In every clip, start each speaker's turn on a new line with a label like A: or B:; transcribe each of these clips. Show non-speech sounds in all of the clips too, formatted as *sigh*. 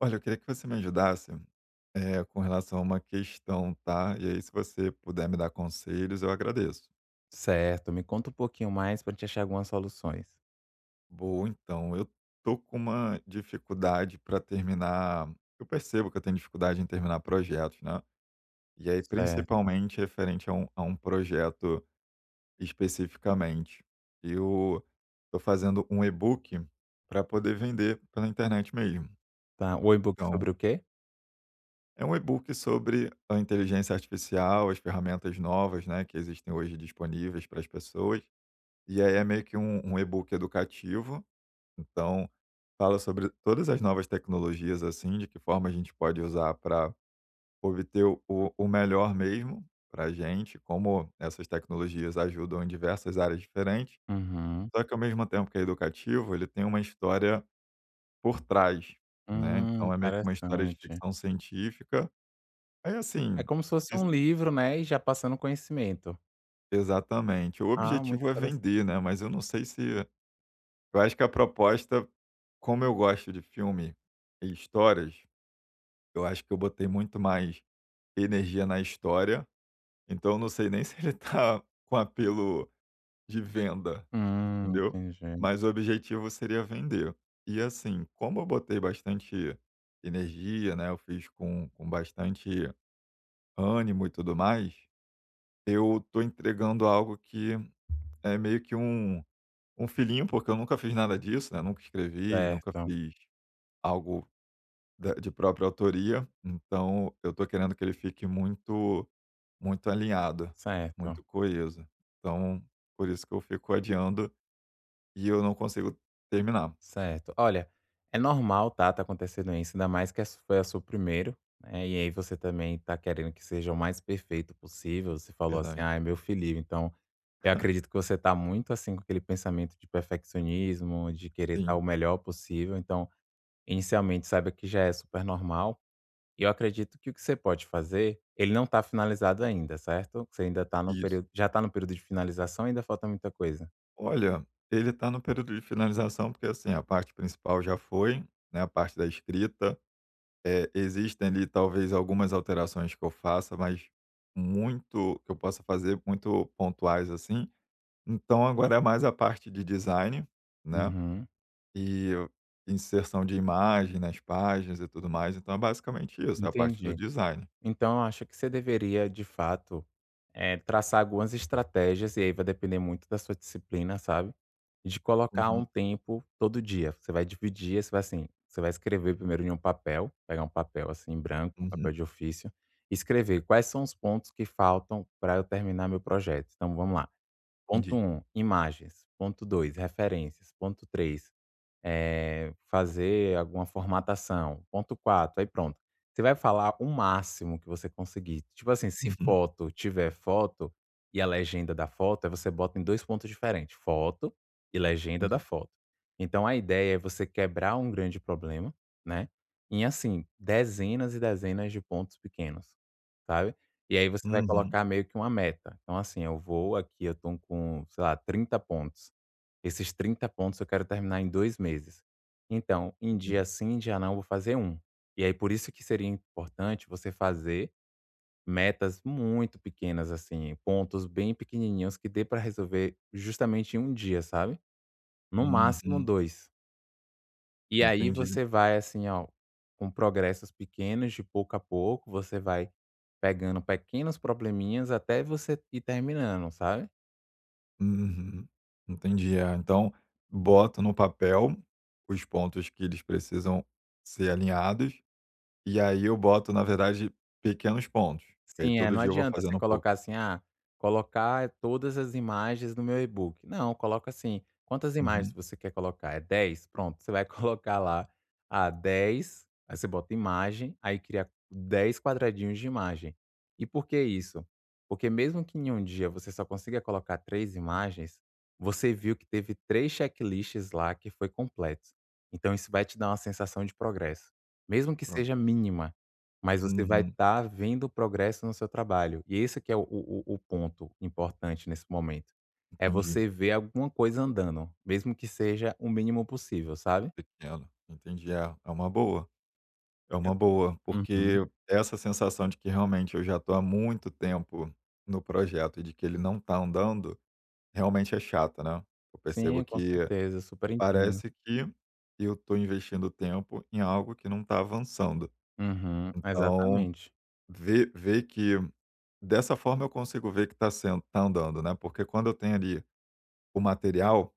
A: Olha, eu queria que você me ajudasse, com relação a uma questão, tá. E aí, se você puder me dar conselhos, eu agradeço.
B: Certo, me conta um pouquinho mais pra gente achar algumas soluções.
A: Bom, então, eu tô com uma dificuldade para terminar, eu percebo que eu tenho dificuldade em terminar projetos, né. E aí,
B: Certo,
A: principalmente referente a um projeto especificamente. Eu tô fazendo um e-book para poder vender pela internet mesmo.
B: tá. O e-book
A: Então,
B: sobre o quê?
A: é um e-book sobre a inteligência artificial, as ferramentas novas, né, que existem hoje disponíveis para as pessoas. E aí é meio que um e-book educativo. Então, fala sobre todas as novas tecnologias, assim, de que forma a gente pode usar para obter o melhor mesmo para a gente, como essas tecnologias ajudam em diversas áreas diferentes.
B: Uhum.
A: Só que, ao mesmo tempo que é educativo, ele tem uma história por trás, né? Então, é meio que uma história de
B: Interessante.
A: ficção científica. Aí,
B: É
A: assim,
B: como se fosse um livro, né, e já passando conhecimento.
A: exatamente. O
B: Ah, muito
A: objetivo é
B: interessante.
A: vender, né, mas eu não sei se, eu acho que a proposta, como eu gosto de filme e histórias, eu acho que eu botei muito mais energia na história, então eu não sei nem *laughs* se ele tá com apelo de venda, entendeu.
B: Entendi.
A: Mas o objetivo seria vender. E, assim, como eu botei bastante energia, né, eu fiz com bastante ânimo e tudo mais, eu tô entregando algo que é meio que um filhinho, porque eu nunca fiz nada disso, né, nunca escrevi, nunca
B: Certo,
A: fiz algo da de própria autoria, então eu tô querendo que ele fique muito alinhado,
B: certo.
A: muito coeso. Então, por isso que eu fico adiando e eu não consigo terminar.
B: Certo. Olha, é normal, tá? Tá acontecendo isso, ainda mais que essa foi a sua primeiro, né? E aí você também tá querendo que seja o mais perfeito possível. Você falou assim,
A: Verdade.
B: ah, é meu filhinho. Então, eu acredito que você tá muito assim com aquele pensamento de perfeccionismo, de querer estar
A: Sim,
B: o melhor possível. Então, inicialmente, saiba que já é super normal. E eu acredito que o que você pode fazer, ele não tá finalizado ainda, certo? Você ainda tá no
A: isso.
B: período, já tá no período de finalização, ainda falta muita coisa.
A: Olha, ele tá no período de finalização, porque, assim, a parte principal já foi, né, a parte da escrita. É, existem ali talvez algumas alterações que eu faça, mas muito que eu possa fazer, muito pontuais assim. Então agora é mais a parte de design, né?
B: Uhum.
A: E inserção de imagem nas páginas e tudo mais. Então é basicamente isso, é a parte do
B: Entendi.
A: design.
B: Então eu acho que você deveria, de fato, traçar algumas estratégias, e aí vai depender muito da sua disciplina, sabe, de colocar um
A: Uhum,
B: tempo todo dia. Você vai dividir, você vai assim, você vai escrever primeiro em um papel, pegar um papel, assim, branco, um
A: uhum,
B: papel de ofício, e escrever quais são os pontos que faltam para eu terminar meu projeto. Então vamos lá, ponto
A: entendi.
B: um, imagens, ponto 2, referências, ponto três, fazer alguma formatação, ponto quatro, aí pronto. Você vai falar o máximo que você conseguir. Tipo assim, se
A: Uhum,
B: foto tiver foto e a legenda da foto, aí você bota em 2 pontos diferentes, foto e legenda da
A: entendi.
B: foto. Então a ideia é você quebrar um grande problema, né, em assim, dezenas e dezenas de pontos pequenos, sabe. E aí você vai
A: Uhum,
B: colocar meio que uma meta. Então assim, eu vou aqui eu tô com, sei lá, 30 pontos. Esses 30 pontos eu quero terminar em 2 meses. Então, em dia
A: entendi.
B: sim, em dia não, eu vou fazer um. E aí por isso que seria importante você fazer metas muito pequenas, assim, pontos bem pequenininhos que dê para resolver justamente em um dia, sabe? No máximo
A: Uhum,
B: 2. E aí
A: entendi.
B: você vai assim, ó, com progressos pequenos, de pouco a pouco, você vai pegando pequenos probleminhas até você ir terminando, sabe?
A: Uhum, entendi. É, então boto no papel os pontos que eles precisam ser alinhados. E aí eu boto, na verdade, pequenos pontos, e aí
B: Sim, é,
A: todo
B: não
A: dia eu vou
B: adianta você
A: fazendo um pouco.
B: colocar assim: "Ah, colocar todas as imagens no meu e-book". Não, coloca assim: "Quantas imagens
A: Uhum,
B: você quer colocar? É 10. Pronto, você vai *laughs* colocar lá, ah, 10, aí você bota imagem, aí cria 10 quadradinhos de imagem. E por que isso? Porque mesmo que em um dia você só consiga colocar 3 imagens, você viu que teve 3 checklists lá que foi completo. Então isso vai te dar uma sensação de progresso, mesmo que
A: pronto.
B: seja mínima. Mas você vai
A: Uhum,
B: estar vendo o progresso no seu trabalho. E esse que é o ponto importante nesse momento. É
A: entendi,
B: você ver alguma coisa andando, mesmo que seja o mínimo possível, sabe.
A: pequeno, entendi. É, é
B: Eu
A: uma boa,
B: Uhum.
A: porque essa sensação de que realmente eu já tô há muito tempo no projeto e de que ele não tá andando, realmente é chata, né. Eu percebo
B: Sim, com
A: que
B: certeza, super entendo.
A: parece que eu tô investindo tempo em algo que não tá avançando.
B: Uhum,
A: Então,
B: exatamente.
A: ver que dessa forma eu consigo ver que está sendo, tá andando, né, porque quando eu tenho ali o material,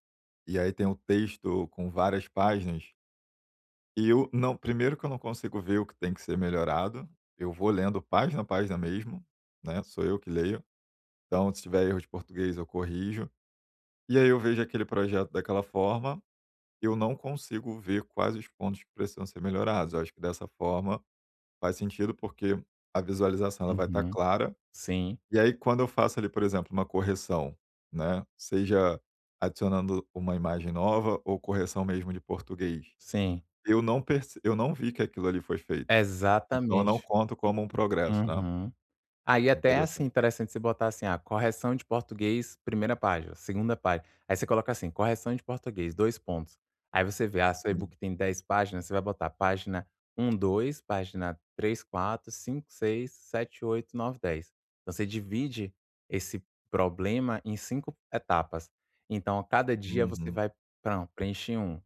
A: e aí tem o texto com várias páginas, e eu não, primeiro que eu não consigo ver o que tem que ser melhorado, eu vou lendo página a página mesmo, né, sou eu que leio, então se tiver erro de português eu corrijo, e aí eu vejo aquele projeto daquela forma, eu não consigo ver quais os pontos que precisam ser melhorados, eu acho que dessa forma faz sentido, porque a visualização ela vai estar
B: Uhum.
A: clara.
B: Sim,
A: E aí, quando eu faço ali, por exemplo, uma correção, né, seja adicionando uma imagem nova ou correção mesmo de português,
B: sim.
A: eu não vi que aquilo ali foi feito, então eu não
B: Exatamente.
A: conto como um progresso, né.
B: Uhum. Aí até, assim,
A: Interessante.
B: interessante você botar assim, ah, correção de português, primeira página, segunda página. Aí você coloca assim, correção de português, 2 pontos. Aí você vê, ah, seu
A: Entendi.
B: e-book tem 10 páginas, você vai botar página um, dois, página três, quatro, cinco, seis, sete, oito, nove, 10. Então você divide esse problema em 5 etapas. Então a cada dia você
A: Uhum.
B: vai, pram, preenche um,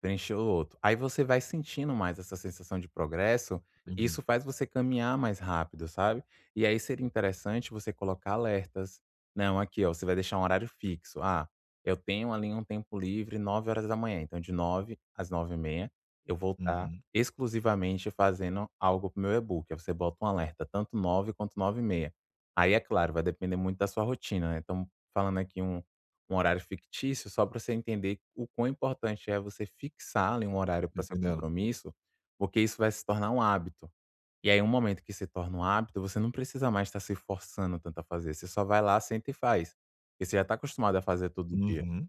B: preenche o outro. Aí você vai sentindo mais essa sensação de progresso, e
A: Entendi.
B: isso faz você caminhar mais rápido, sabe? E aí seria interessante você colocar alertas. Não, aqui, ó, você vai deixar um horário fixo. Ah, eu tenho ali um tempo livre 9 horas da manhã, então de 9 às 9h30 eu vou estar
A: Uhum.
B: exclusivamente fazendo algo para o meu e-book. Aí você bota um alerta, tanto 9 quanto 9h30. Aí, é claro, vai depender muito da sua rotina, né? Estamos falando aqui um horário fictício só para você entender o quão importante é você fixar ali um horário para seu
A: Entendendo.
B: compromisso, porque isso vai se tornar um hábito. E aí um momento que se torna um hábito, você não precisa mais estar se forçando tanto a fazer, você só vai lá, senta e faz. Porque você já está acostumado a fazer todo dia.
A: Uhum.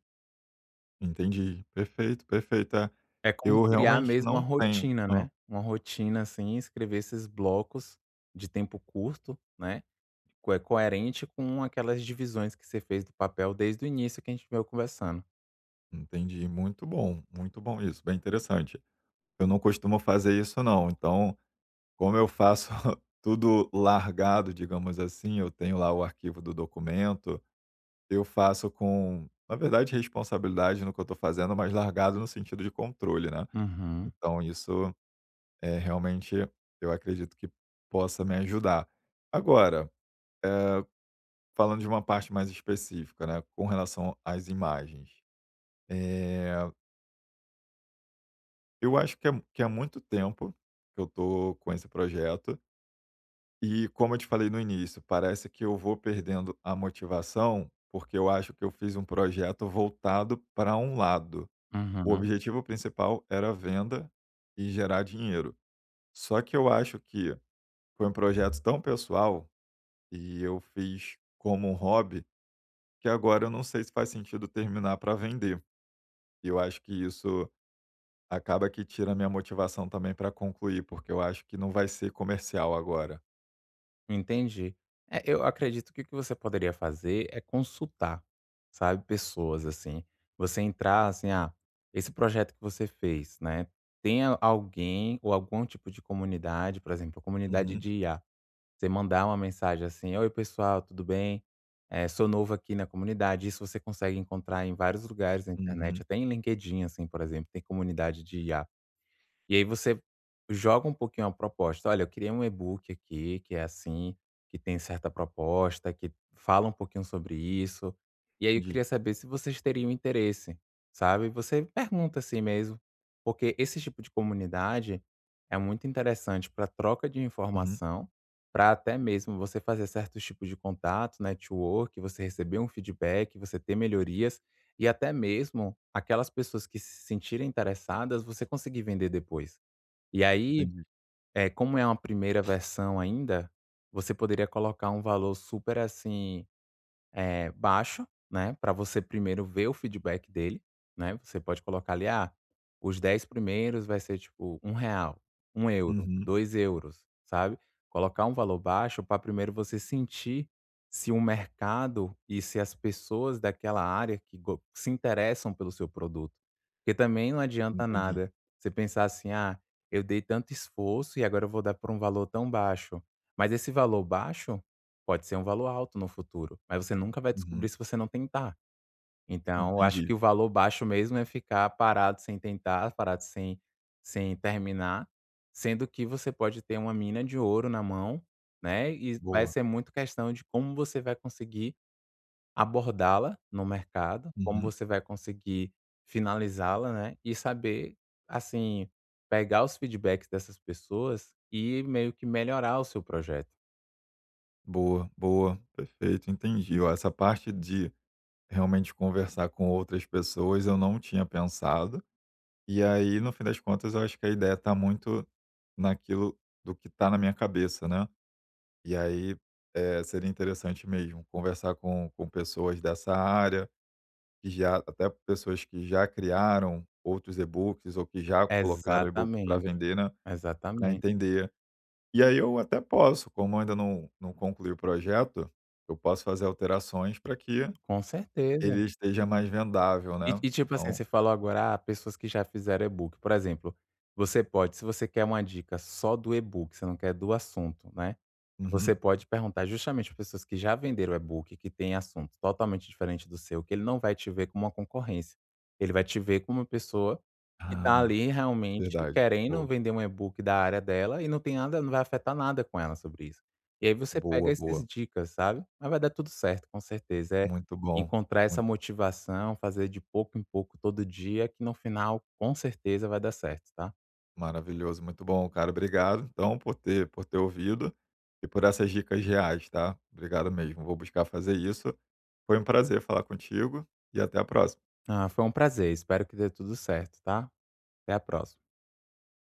A: Entendi. Perfeito, perfeito. É,
B: É como
A: eu
B: criar
A: realmente
B: mesmo uma
A: não tenho
B: rotina, né, uma rotina, assim, escrever esses blocos de tempo curto, né, co é coerente com aquelas divisões que você fez do papel desde o início que a gente veio conversando.
A: entendi. Muito bom isso, bem interessante. Eu não costumo fazer isso não, então, como eu faço *laughs* tudo largado, digamos assim, eu tenho lá o arquivo do documento, eu faço com, na verdade, responsabilidade no que eu estou fazendo, mas largado no sentido de controle, né.
B: Uhum,
A: Então isso, é realmente, eu acredito que possa me ajudar. Agora, falando de uma parte mais específica, né, com relação às imagens, eh, eu acho que é muito tempo que eu estou com esse projeto. E como eu te falei no início, parece que eu vou perdendo a motivação, porque eu acho que eu fiz um projeto voltado para um lado. O
B: uhum.
A: objetivo principal era venda e gerar dinheiro. Só que eu acho que foi um projeto tão pessoal e eu fiz como um hobby que agora eu não sei se faz sentido terminar para vender. E eu acho que isso acaba que tira a minha motivação também para concluir, porque eu acho que não vai ser comercial agora.
B: Entendi. É, eu acredito que o que você poderia fazer é consultar, sabe, pessoas assim. Você entrar assim, ah, esse projeto que você fez, né? Tem alguém ou algum tipo de comunidade, por exemplo, comunidade
A: Uhum,
B: de IA. Você mandar uma mensagem assim, oi pessoal, tudo bem? É, sou novo aqui na comunidade. Isso você consegue encontrar em vários lugares na internet,
A: uhum,
B: até em LinkedIn, assim, por exemplo, tem comunidade de IA. E aí você joga um pouquinho a proposta. Olha, eu queria um e-book aqui que é assim, que tem certa proposta, que fala um pouquinho sobre isso. E aí eu queria
A: entendi.
B: saber se vocês teriam interesse, sabe? Você pergunta assim mesmo, porque esse tipo de comunidade é muito interessante para troca de
A: Uhum,
B: informação, para até mesmo você fazer certos tipos de contato, network, você receber um feedback, você ter melhorias e até mesmo aquelas pessoas que se sentirem interessadas, você conseguir vender depois. E aí,
A: entendi.
B: como é uma primeira versão ainda, você poderia colocar um valor super assim, baixo, né. Para você primeiro ver o feedback dele, né, você pode colocar ali, ah, os 10 primeiros vai ser tipo um real, 1 euro,
A: Uhum,
B: 2 euros, sabe. Colocar um valor baixo para primeiro você sentir se o mercado e se as pessoas daquela área que go se interessam pelo seu produto. Porque também não adianta
A: entendi.
B: nada você pensar assim: "Ah, eu dei tanto esforço e agora eu vou dar por um valor tão baixo". Mas esse valor baixo pode ser um valor alto no futuro, mas você nunca vai descobrir
A: Uhum,
B: se você não tentar. Então eu acho
A: entendi.
B: que o valor baixo mesmo é ficar parado sem tentar, parado sem terminar, sendo que você pode ter uma mina de ouro na mão, né, e vai
A: Boa.
B: ser muito questão de como você vai conseguir abordá-la no mercado, como
A: Uhum,
B: você vai conseguir finalizá-la, né, e saber, assim, pegar os feedbacks dessas pessoas e meio que melhorar o seu projeto.
A: boa, boa, perfeito, entendi. Ó, essa parte de realmente conversar com outras pessoas eu não tinha pensado, e aí no fim das contas eu acho que a ideia está muito naquilo do que está na minha cabeça, né. E aí, é seria interessante mesmo conversar com pessoas dessa área, que já, até pessoas que já criaram outros e-books ou que já colocaram e books para
B: Exatamente,
A: vender, né, para
B: exatamente,
A: entender. E aí eu até posso, como eu ainda não concluí o projeto, eu posso fazer alterações para que
B: com certeza.
A: ele esteja mais vendável,
B: E
A: né.
B: e tipo assim,
A: Então
B: você falou agora, ah, pessoas que já fizeram e-book. Por exemplo, você pode, se você quer uma dica só do e-book, você não quer do assunto, né,
A: uhum.
B: você pode perguntar justamente para pessoas que já venderam e-book, que tem assunto totalmente diferente do seu, que ele não vai te ver como uma concorrência, ele vai te ver como uma pessoa que está
A: Ah,
B: ali realmente
A: verdade.
B: querendo
A: Boa,
B: vender um e-book da área dela e não tem nada, não vai afetar nada com ela sobre isso. E aí você pega
A: boa,
B: essas
A: boa.
B: dicas, sabe. Mas vai dar tudo certo, com certeza. É,
A: Muito bom,
B: encontrar essa
A: muito
B: motivação, fazer de pouco em pouco todo dia, que no final com certeza vai dar certo, tá?
A: maravilhoso, muito bom, cara. Obrigado, então, por ter ouvido e por essas dicas reais, tá. Obrigado mesmo, vou buscar fazer isso. Foi um prazer falar contigo e até a próxima.
B: Ah, foi um prazer, espero que dê tudo certo, tá? Até a próxima.